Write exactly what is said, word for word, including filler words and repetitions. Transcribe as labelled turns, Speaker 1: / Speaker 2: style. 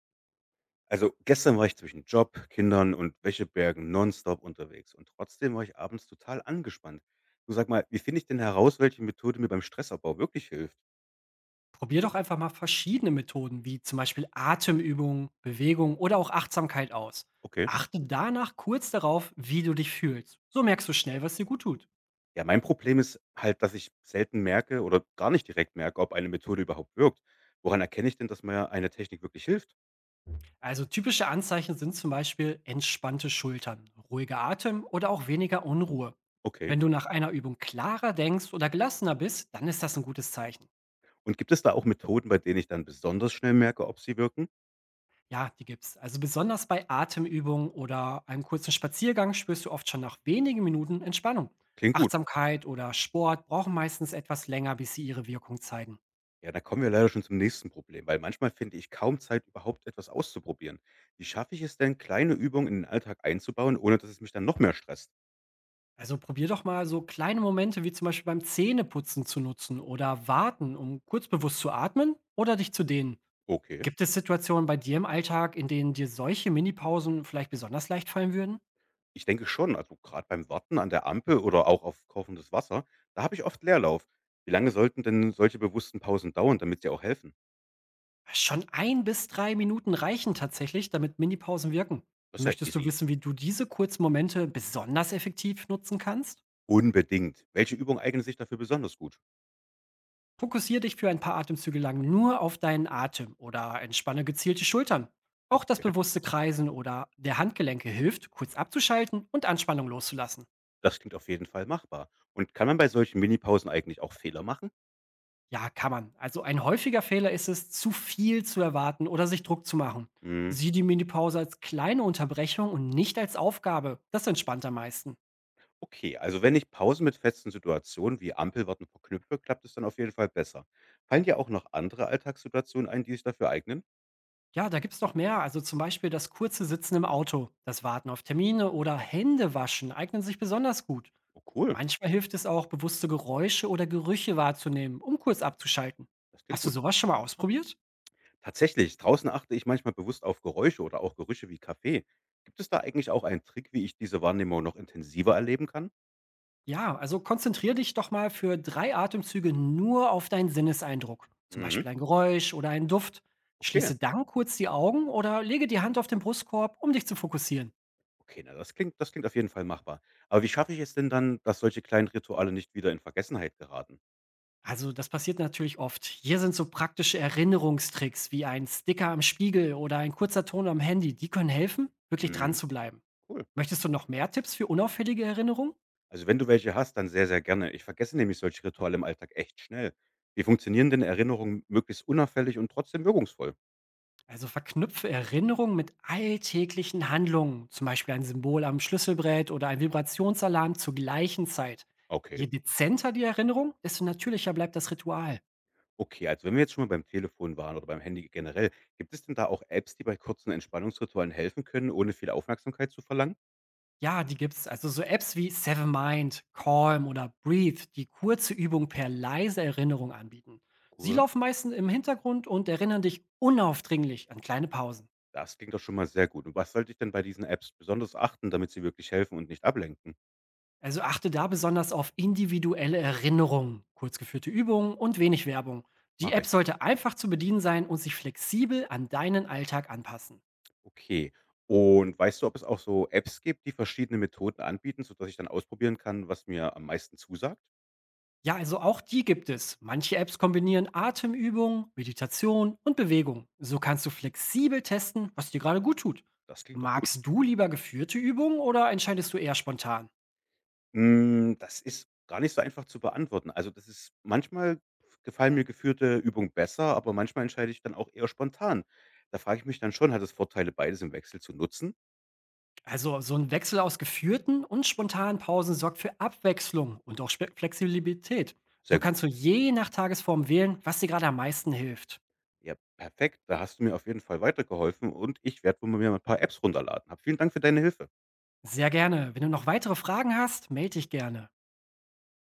Speaker 1: Also gestern war ich zwischen Job, Kindern und Wäschebergen nonstop unterwegs und trotzdem war ich abends total angespannt. Du sag mal, wie finde ich denn heraus, welche Methode mir beim Stressabbau wirklich hilft?
Speaker 2: Probier doch einfach mal verschiedene Methoden wie zum Beispiel Atemübungen, Bewegung oder auch Achtsamkeit aus.
Speaker 1: Okay.
Speaker 2: Achte danach kurz darauf, wie du dich fühlst. So merkst du schnell, was dir gut tut.
Speaker 1: Ja, mein Problem ist halt, dass ich selten merke oder gar nicht direkt merke, ob eine Methode überhaupt wirkt. Woran erkenne ich denn, dass mir eine Technik wirklich hilft?
Speaker 2: Also typische Anzeichen sind zum Beispiel entspannte Schultern, ruhiger Atem oder auch weniger Unruhe.
Speaker 1: Okay.
Speaker 2: Wenn du nach einer Übung klarer denkst oder gelassener bist, dann ist das ein gutes Zeichen.
Speaker 1: Und gibt es da auch Methoden, bei denen ich dann besonders schnell merke, ob sie wirken?
Speaker 2: Ja, die gibt's. Also besonders bei Atemübungen oder einem kurzen Spaziergang spürst du oft schon nach wenigen Minuten Entspannung.
Speaker 1: Klingt gut.
Speaker 2: Achtsamkeit oder Sport brauchen meistens etwas länger, bis sie ihre Wirkung zeigen.
Speaker 1: Ja, da kommen wir leider schon zum nächsten Problem, weil manchmal finde ich kaum Zeit, überhaupt etwas auszuprobieren. Wie schaffe ich es denn, kleine Übungen in den Alltag einzubauen, ohne dass es mich dann noch mehr stresst?
Speaker 2: Also probier doch mal so kleine Momente wie zum Beispiel beim Zähneputzen zu nutzen oder warten, um kurz bewusst zu atmen oder dich zu dehnen.
Speaker 1: Okay,
Speaker 2: Gibt es Situationen bei dir im Alltag, in denen dir solche Minipausen vielleicht besonders leicht fallen würden?
Speaker 1: ich denke schon, also gerade beim Warten an der Ampel oder auch auf kochendes Wasser, da habe ich oft Leerlauf. Wie lange sollten denn solche bewussten Pausen dauern, damit sie auch helfen?
Speaker 2: Schon ein bis drei Minuten reichen tatsächlich, damit Minipausen wirken.
Speaker 1: Das ist ja
Speaker 2: Möchtest du
Speaker 1: easy.
Speaker 2: wissen, wie du diese kurzen Momente besonders effektiv nutzen kannst?
Speaker 1: Unbedingt. Welche Übung eignet sich dafür besonders gut?
Speaker 2: Fokussiere dich für ein paar Atemzüge lang nur auf deinen Atem oder entspanne gezielt die Schultern. Auch das
Speaker 1: Okay,
Speaker 2: bewusste Kreisen oder der Handgelenke hilft, kurz abzuschalten und Anspannung loszulassen.
Speaker 1: das klingt auf jeden Fall machbar. Und kann man bei solchen Minipausen eigentlich auch Fehler machen?
Speaker 2: Ja, kann man. Also ein häufiger Fehler ist es, zu viel zu erwarten oder sich Druck zu machen.
Speaker 1: Hm.
Speaker 2: Sieh die Minipause als kleine Unterbrechung und nicht als Aufgabe. Das entspannt am meisten.
Speaker 1: Okay, also wenn ich Pausen mit festen Situationen wie Ampelwarten verknüpfe, klappt es dann auf jeden Fall besser. Fallen dir auch noch andere Alltagssituationen ein, die sich dafür eignen?
Speaker 2: Ja, da gibt's noch mehr. Also zum Beispiel das kurze Sitzen im Auto, das Warten auf Termine oder Hände waschen eignen sich besonders gut.
Speaker 1: Oh cool,
Speaker 2: Manchmal hilft es auch, bewusste Geräusche oder Gerüche wahrzunehmen, um kurz abzuschalten.
Speaker 1: das klingt
Speaker 2: Hast du
Speaker 1: gut.
Speaker 2: sowas schon mal ausprobiert?
Speaker 1: Tatsächlich, draußen achte ich manchmal bewusst auf Geräusche oder auch Gerüche wie Kaffee. Gibt es da eigentlich auch einen Trick, wie ich diese Wahrnehmung noch intensiver erleben kann?
Speaker 2: Ja, also konzentriere dich doch mal für drei Atemzüge nur auf deinen Sinneseindruck, zum
Speaker 1: Mhm.
Speaker 2: Beispiel ein Geräusch oder einen Duft.
Speaker 1: Okay,
Speaker 2: Schließe dann kurz die Augen oder lege die Hand auf den Brustkorb, um dich zu fokussieren.
Speaker 1: okay, na das klingt, das klingt auf jeden Fall machbar. Aber wie schaffe ich es denn dann, dass solche kleinen Rituale nicht wieder in Vergessenheit geraten?
Speaker 2: Also das passiert natürlich oft. Hier sind so praktische Erinnerungstricks wie ein Sticker am Spiegel oder ein kurzer Ton am Handy. Die können helfen, wirklich dran
Speaker 1: Mhm.
Speaker 2: zu bleiben.
Speaker 1: Cool.
Speaker 2: Möchtest du noch mehr Tipps für unauffällige Erinnerungen?
Speaker 1: Also, wenn du welche hast, dann sehr, sehr gerne. Ich vergesse nämlich solche Rituale im Alltag echt schnell. Wie funktionieren denn Erinnerungen möglichst unauffällig und trotzdem wirkungsvoll?
Speaker 2: Also verknüpfe Erinnerungen mit alltäglichen Handlungen, zum Beispiel ein Symbol am Schlüsselbrett oder ein Vibrationsalarm zur gleichen Zeit.
Speaker 1: Okay.
Speaker 2: Je dezenter die Erinnerung, desto natürlicher bleibt das Ritual.
Speaker 1: Okay, also wenn wir jetzt schon mal beim Telefon waren oder beim Handy generell, gibt es denn da auch Apps, die bei kurzen Entspannungsritualen helfen können, ohne viel Aufmerksamkeit zu verlangen?
Speaker 2: Ja, die gibt's. Also so Apps wie Seven Mind, Calm oder Breathe, die kurze Übung per leise Erinnerung anbieten. Sie
Speaker 1: Cool.
Speaker 2: laufen meistens im Hintergrund und erinnern dich unaufdringlich an kleine Pausen.
Speaker 1: Das klingt doch schon mal sehr gut. Und was sollte ich denn bei diesen Apps besonders achten, damit sie wirklich helfen und nicht ablenken?
Speaker 2: Also achte da besonders auf individuelle Erinnerungen, kurz geführte Übungen und wenig Werbung. Die
Speaker 1: Mache
Speaker 2: App
Speaker 1: ich.
Speaker 2: sollte einfach zu bedienen sein und sich flexibel an deinen Alltag anpassen.
Speaker 1: Okay. Und weißt du, ob es auch so Apps gibt, die verschiedene Methoden anbieten, sodass ich dann ausprobieren kann, was mir am meisten zusagt?
Speaker 2: Ja, also auch die gibt es. Manche Apps kombinieren Atemübungen, Meditation und Bewegung. So kannst du flexibel testen, was dir gerade gut tut.
Speaker 1: Das klingt doch gut.
Speaker 2: Magst du lieber geführte Übungen oder entscheidest du eher spontan?
Speaker 1: Hm, das ist gar nicht so einfach zu beantworten. Also, das ist manchmal gefallen mir geführte Übungen besser, aber manchmal entscheide ich dann auch eher spontan. Da frage ich mich dann schon: „Hat es Vorteile, beides im Wechsel zu nutzen?“
Speaker 2: Also so ein Wechsel aus geführten und spontanen Pausen sorgt für Abwechslung und auch Spe- Flexibilität. So
Speaker 1: Sehr gut.
Speaker 2: kannst du je nach Tagesform wählen, was dir gerade am meisten hilft.
Speaker 1: Ja, perfekt. Da hast du mir auf jeden Fall weitergeholfen und ich werde wohl mir mal ein paar Apps runterladen. Hab vielen Dank für deine Hilfe.
Speaker 2: Sehr gerne. Wenn du noch weitere Fragen hast, melde dich gerne.